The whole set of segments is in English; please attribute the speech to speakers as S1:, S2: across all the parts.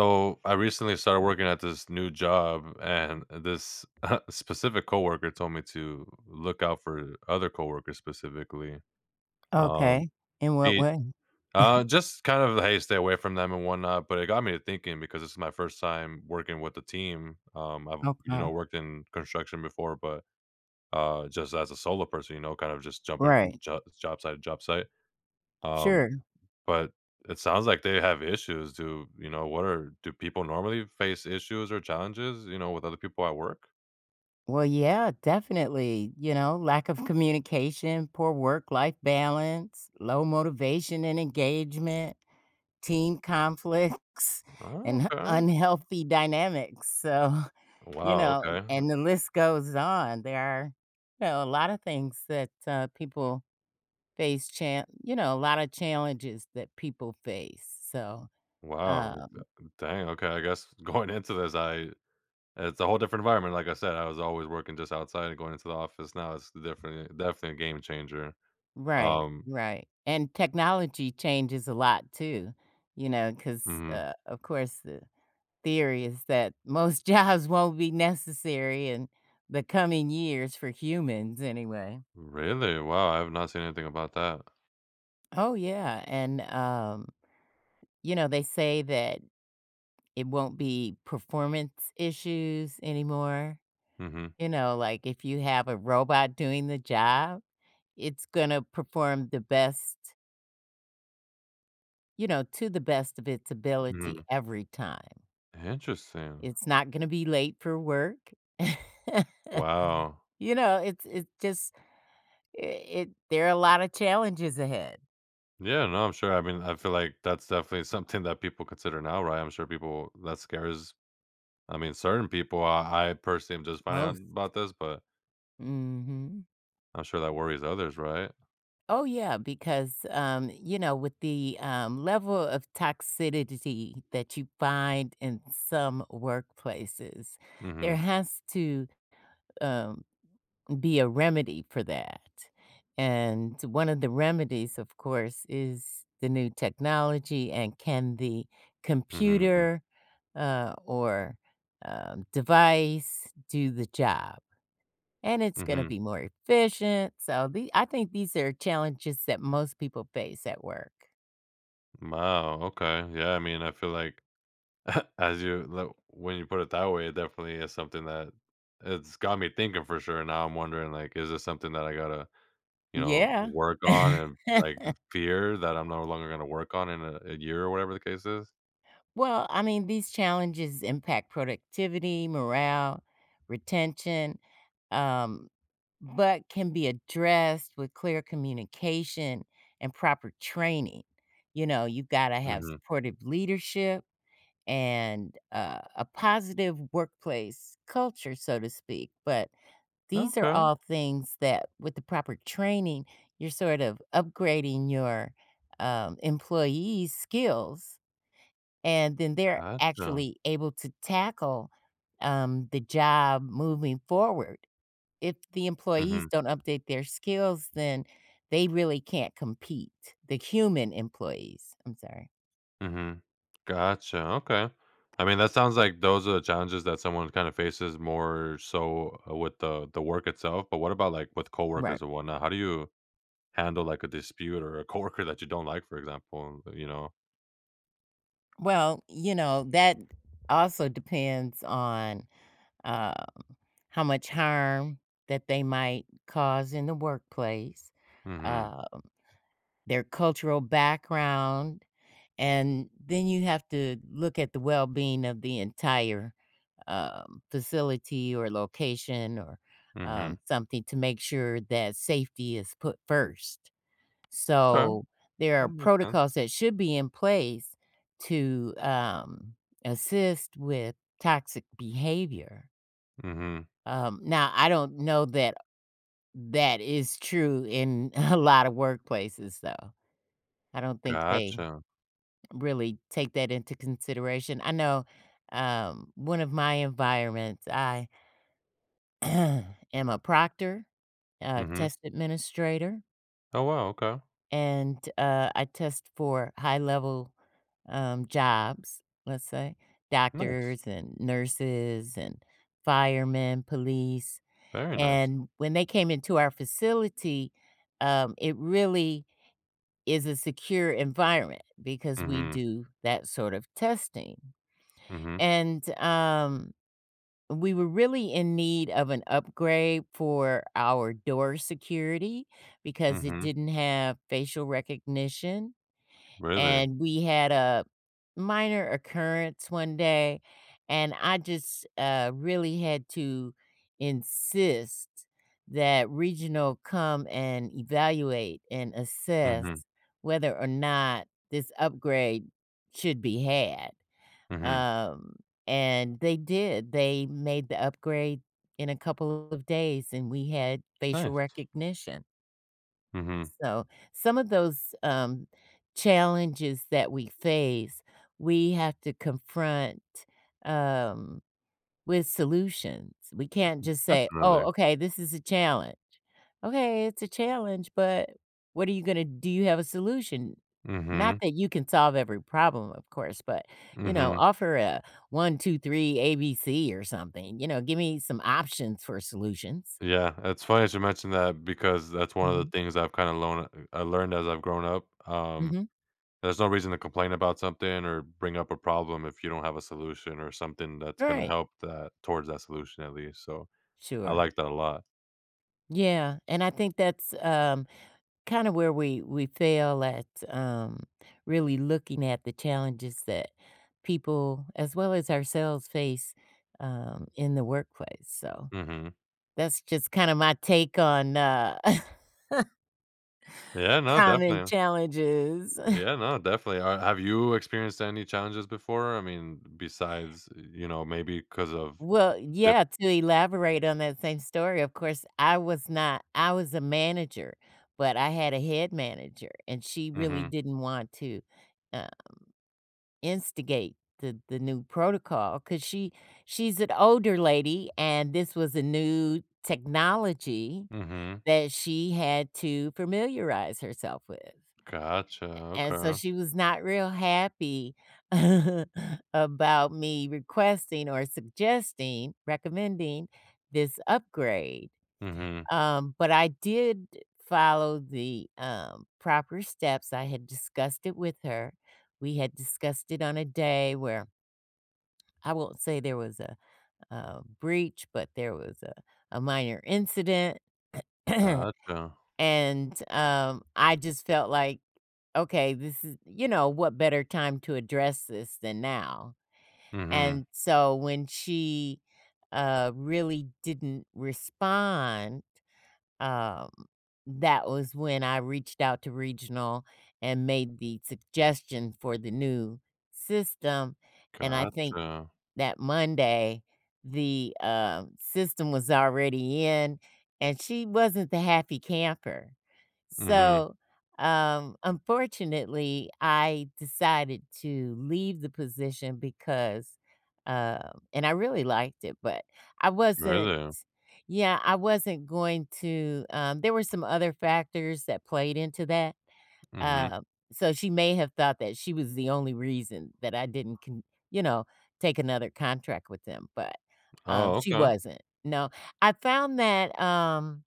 S1: So I recently started working at this new job, and this specific coworker told me to look out for other coworkers specifically. Um,
S2: Okay. In what
S1: be,
S2: way?
S1: just kind of, hey, stay away from them and whatnot. But it got me to thinking because this is my first time working with a team. I've
S2: Okay.
S1: worked in construction before, but just as a solo person, you know, kind of just jumping from
S2: Right.
S1: job site to job site. Um,
S2: Sure.
S1: but it sounds like they have issues. Do you know what are do people normally face issues or challenges, with other people at work?
S2: Well, yeah, definitely. You know, lack of communication, poor work life balance, low motivation and engagement, team conflicts,
S1: Oh,
S2: and
S1: okay.
S2: unhealthy dynamics. So, you
S1: Wow,
S2: know,
S1: okay.
S2: and the list goes on. There are, you know, a lot of things that people face, chan you know, a lot of challenges that people face. So,
S1: Wow.
S2: um,
S1: Dang, okay. I guess going into this, I it's a whole different environment. Like I said, I was always working just outside and going into the office. Now it's different, definitely a game changer.
S2: right,
S1: Um,
S2: right, and technology changes a lot too, you know, 'cause,
S1: mhm.
S2: of course, the theory is that most jobs won't be necessary in the coming years for humans anyway.
S1: Really? Wow, I have not seen anything about that.
S2: Oh, yeah, and, you know, they say that it won't be performance issues anymore,
S1: Mm-hmm.
S2: you know, like, if you have a robot doing the job, it's gonna perform the best you know, to the best of its ability
S1: Mm-hmm.
S2: every time.
S1: Interesting.
S2: It's not gonna be late for work.
S1: Wow.
S2: You know, it's just I it there are a lot of challenges ahead.
S1: Yeah, no, I'm sure. I mean, I feel like that's definitely something that people consider now, right? I'm sure people that scares. I mean, certain people. I personally am just finding
S2: Most.
S1: out about this, but
S2: Mhm.
S1: I'm sure that worries others, right?
S2: Oh, yeah, because, you know, with the level of toxicity that you find in some workplaces,
S1: Mm-hmm.
S2: there has to, um, be a remedy for that, and one of the remedies, of course, is the new technology and can the
S1: Mm-hmm.
S2: computer or device do the job. And it's going to
S1: Mm-hmm.
S2: be more efficient. So I think these are challenges that most people face at work.
S1: Wow. Okay. Yeah. I mean, I feel like as you like, when you put it that way, it definitely is something that it's got me thinking for sure. Now I'm wondering, like, is this something that I gotta, you know,
S2: Yeah.
S1: work on and like fear that I'm no longer gonna work on in a year or whatever the case is?
S2: Well, I mean, these challenges impact productivity, morale, retention, um, but can be addressed with clear communication and proper training. You know, you've got to have
S1: Mm-hmm.
S2: supportive leadership and a positive workplace culture, so to speak. But these are
S1: Okay,
S2: all things that, with the proper training, you're sort of upgrading your employees' skills, and then they're
S1: gotcha.
S2: actually able to tackle the job moving forward. If the employees
S1: Mhm,
S2: don't update their skills, then they really can't compete. The human employees, I'm sorry.
S1: mhm. Gotcha, okay. I mean, that sounds like those are the challenges that someone kinda faces more so, with the work itself, but what about, like, with
S2: Right.
S1: coworkers or whatnot? How do you handle, like, a dispute or a coworker that you don't like, for example, you know?
S2: Well, you know, that also depends on uh, how much harm that they might cause in the workplace,
S1: Mhm,
S2: uh, their cultural background, and then you have to look at the well-being of the entire facility or location or
S1: mhm.
S2: something to make sure that safety is put first.
S1: Okay,
S2: So, there are
S1: makes sense.
S2: protocols that should be in place to, assist with toxic behavior.
S1: Mhm.
S2: Now I don't know that that is true in a lot of workplaces, though. I don't think they
S1: Gotcha.
S2: really take that into consideration. I know, one of my environments, I am a proctor, a
S1: Mhm.
S2: test administrator.
S1: Oh, wow, okay.
S2: And, I test for high level, jobs, let's say,
S1: Nice.
S2: doctors and nurses and firemen, police,
S1: Very nice.
S2: and when they came into our facility, it really is a secure environment because we
S1: Mhm,
S2: do that sort of testing.
S1: mhm,
S2: And, we were really in need of an upgrade for our door security because it
S1: mhm.
S2: didn't have facial recognition
S1: Really?
S2: and we had a minor occurrence one day, and I just, really had to insist that regional come and evaluate and assess
S1: Mhm,
S2: whether or not this upgrade should be had,
S1: mhm.
S2: um, and they did. They made the upgrade in a couple of days, and we had facial
S1: Nice.
S2: recognition.
S1: Mhm.
S2: So, some of those, challenges that we face, we have to confront, um, with solutions. We can't just say, "Oh,
S1: Definitely.
S2: okay, this is a challenge." Okay, it's a challenge, but what are you gonna do you have a solution? Not
S1: Mhm,
S2: that you can solve every problem, of course, but, you know,
S1: mhm.
S2: offer a one, 2, 3, ABC or something, you know, give me some options for solutions.
S1: Yeah, it's funny that you mention that because that's one of the
S2: Mhm,
S1: things I've kinda learned. I learned as I've grown up.
S2: mhm,
S1: There's no reason to complain about something or bring up a problem if you don't have a solution or something that's gonna
S2: right,
S1: help that towards that solution at least, so I
S2: sure.
S1: like that a lot.
S2: Yeah, and I think that's, kinda where we fail at, really looking at the challenges that people, as well as ourselves, face, in the workplace, so
S1: Mhm.
S2: that's just kinda my take on,
S1: Yeah, no,
S2: common
S1: definitely.
S2: challenges.
S1: Yeah, no, definitely. Are Have you experienced any challenges before? I mean, besides, you know, maybe because of
S2: Well,
S1: diff
S2: yeah, to elaborate on that same story, of course, I was not I was a manager, but I had a head manager, and she really
S1: Mhm,
S2: didn't want to, uh instigate the new protocol, cause she's an older lady, and this was a new technology
S1: mhm.
S2: that she had to familiarize herself with,
S1: Gotcha,
S2: and so
S1: okay.
S2: she was not real happy about me requesting or suggesting recommending this upgrade,
S1: Mhm,
S2: but I did follow the, proper steps. I had discussed it with her. We had discussed it on a day where I won't say there was a, breach, but there was a minor incident, and,
S1: gotcha.
S2: I just felt like, "Okay, this is" you know, what better time to address this than now?
S1: Mhm.
S2: And so when she, really didn't respond, um, that was when I reached out to regional and made the suggestion for the new system, and I think
S1: Gotcha.
S2: that Monday, the, system was already in, and she wasn't the happy camper.
S1: Mhm.
S2: So, unfortunately, I decided to leave the position because, and I really liked it, but I wasn't
S1: Really?
S2: yeah, I wasn't going to, there were some other factors that played into that,
S1: Mhm.
S2: um, so she may have thought that she was the only reason that I didn't con you know, take another contract with them, but,
S1: Oh,
S2: she
S1: okay.
S2: wasn't. No, I found that,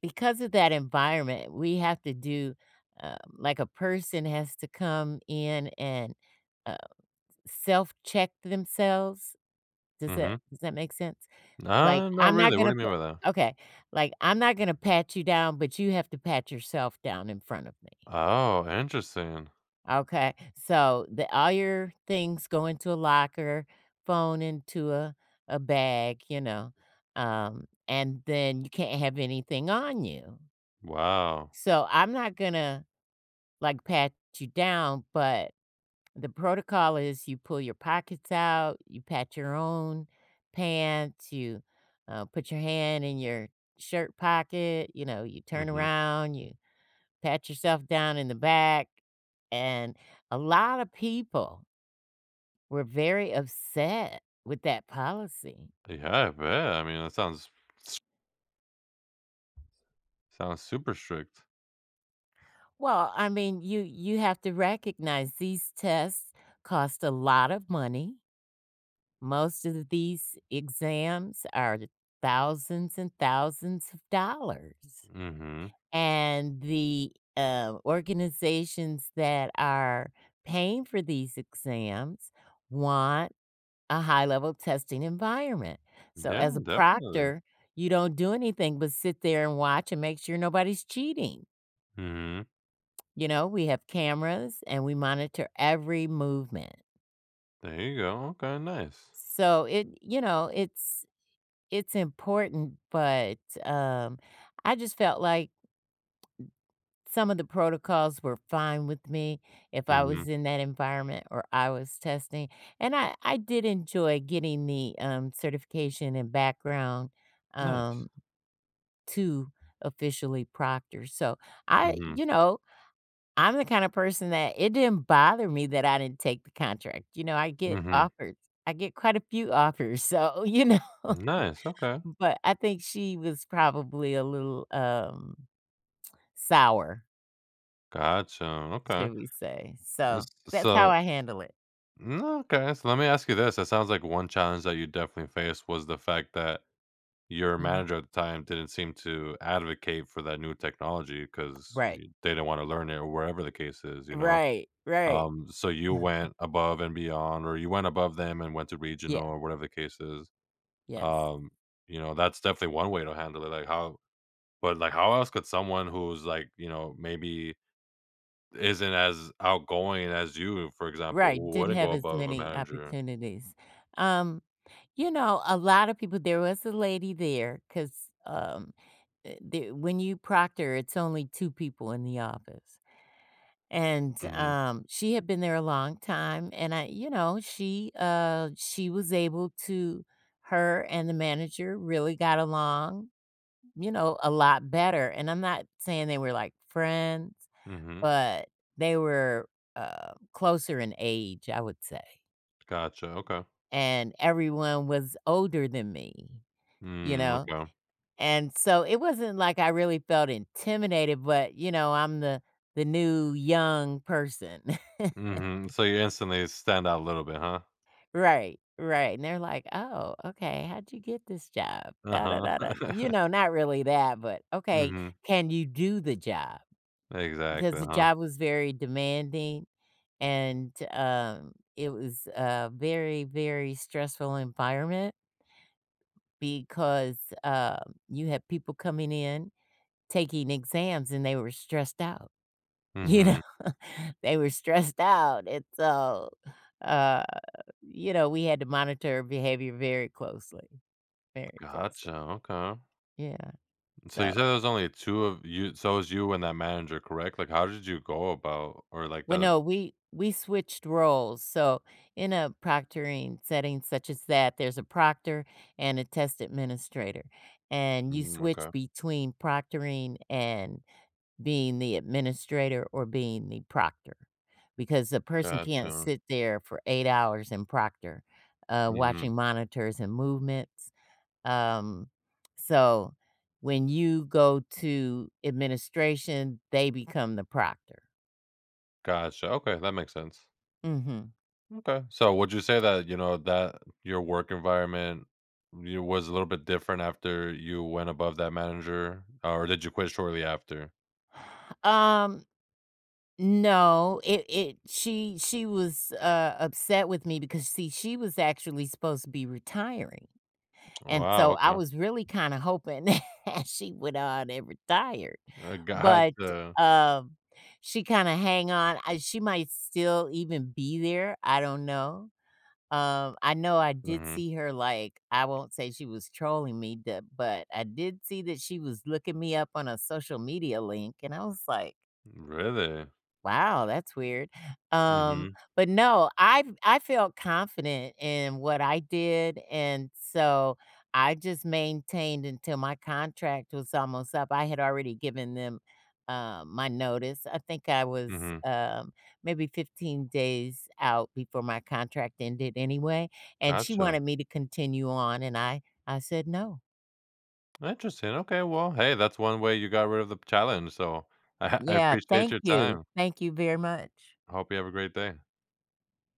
S2: because of that environment, we have to do, like a person has to come in and, uh, self-check themselves.
S1: Mhm.
S2: Does that make sense? Like,
S1: Nah, not
S2: I'm not
S1: really, what
S2: gonna
S1: do you
S2: p
S1: mean by that?
S2: okay, like, I'm not gonna pat you down, but you have to pat yourself down in front of me.
S1: Oh, interesting.
S2: Okay, so the all your things go into a locker, phone into a bag, you know, and then you can't have anything on you.
S1: Wow.
S2: So I'm not gonna like pat you down, but the protocol is you pull your pockets out, you pat your own pants, you put your hand in your shirt pocket, you know, you turn
S1: Mhm.
S2: around, you pat yourself down in the back, and a lot of people were very upset with that policy.
S1: Yeah, I bet. I mean, that sounds s sounds super strict.
S2: Well, I mean, you have to recognize these tests cost a lot of money. Most of these exams are thousands and thousands of dollars.
S1: Mhm.
S2: And the organizations that are paying for these exams want a high-level testing environment. So,
S1: Yeah,
S2: as a
S1: definitely.
S2: proctor, you don't do anything but sit there and watch and make sure nobody's cheating.
S1: Mhm.
S2: You know, we have cameras and we monitor every movement.
S1: There you go. Okay, nice.
S2: So it you know, it's important, but, um, I just felt like some of the protocols were fine with me if I
S1: Mhm.
S2: was in that environment or I was testing, and I did enjoy getting the, certification and background,
S1: Nice.
S2: um to officially proctor. So I
S1: Mhm.
S2: you know, I'm the kind of person that it didn't bother me that I didn't take the contract. You know, I get
S1: Mhm.
S2: offers. I get quite a few offers. So, you know,
S1: Nice, okay.
S2: but I think she was probably a little, sour,
S1: Gotcha, okay.
S2: should we say. So
S1: S
S2: that's how
S1: so
S2: I handle it.
S1: Okay, so let me ask you this. It sounds like one challenge that you definitely faced was the fact that your
S2: Mhm.
S1: manager at the time didn't seem to advocate for that new technology because
S2: Right.
S1: they didn't want to learn it or wherever the case is, you know?
S2: Right. Right.
S1: So you went above and beyond, or you went above them and went to
S2: Yeah.
S1: regional or whatever the case is.
S2: Yes.
S1: Um, that's definitely one way to handle it. But, like, how else could someone who's like, you know, maybe isn't as outgoing as you, for example,
S2: Right.
S1: who
S2: Didn't
S1: wouldn't
S2: have
S1: go
S2: as
S1: above a
S2: many
S1: manager?
S2: opportunities. Um You know, a lot of people there was a lady there, cause um, eh, the when you proctor, it's only 2 people in the office, and,
S1: Mm-hmm.
S2: she had been there a long time, and I you know, she was able to her and the manager really got along, you know, a lot better, and I'm not saying they were, like, friends,
S1: Mhm.
S2: but they were, closer in age, I would say,
S1: Gotcha, okay.
S2: and everyone was older than me, you
S1: Mm,
S2: know?
S1: okay.
S2: And so it wasn't like I really felt intimidated, but, you know, I'm the new young person.
S1: Mhm. So you instantly stand out a little bit, huh?
S2: Right, right, and they're like, "Oh, okay, how'd you get this job? Da da
S1: Uh-huh.
S2: da da" you
S1: Mhm.
S2: know, not really that, but, "Okay, can you do the job?" Because
S1: Exactly,
S2: the
S1: huh?
S2: job was very demanding and, it was a very, very stressful environment because, you had people coming in, taking exams, and they were stressed out. You know,
S1: Mhm.
S2: they were stressed out, and so, uh, you know, we had to monitor behavior very closely, very closely.
S1: Gotcha, okay.
S2: Yeah,
S1: So you
S2: so
S1: said there was only two of you, so it was you and that manager, correct? Like, how did you go about, or, like,
S2: well,
S1: that.
S2: no, we switched roles, so in a proctoring setting such as that, there's a proctor and a test administrator, and you switch
S1: Okay.
S2: between proctoring and being the administrator or being the proctor, because a person can't
S1: Gotcha.
S2: sit there for 8 hours and proctor,
S1: Mhm.
S2: watching monitors and movements, um, so when you go to administration, they become the proctor.
S1: Gotcha, okay, that makes sense.
S2: Mhm.
S1: Okay. So would you say that, that your work environment you was a little bit different after you went above that manager, or did you quit shortly after?
S2: Um, no, it she was, upset with me because, see, she was actually supposed to be retiring. And
S1: Wow,
S2: so I
S1: okay.
S2: was really kinda hoping that she would on and retired, but,
S1: Gotcha.
S2: um, she kinda hang on I she might still even be there, I don't know. I know I did
S1: Mhm.
S2: see her, like I won't say she was trolling me, d but I did see that she was looking me up on a social media link, and I was like
S1: Really?
S2: wow, that's weird. Um,
S1: Mhm.
S2: but no, I felt confident in what I did, and so I just maintained until my contract was almost up. I had already given them my notice. I think I was
S1: Mhm.
S2: maybe 15 days out before my contract ended anyway, and she
S1: Gotcha.
S2: wanted me to continue on, and I said no.
S1: Interesting. Okay, well, hey, that's one way you got rid of the challenge, so I
S2: Yeah,
S1: appreciate your time.
S2: thank you very much.
S1: Hope you have a great day.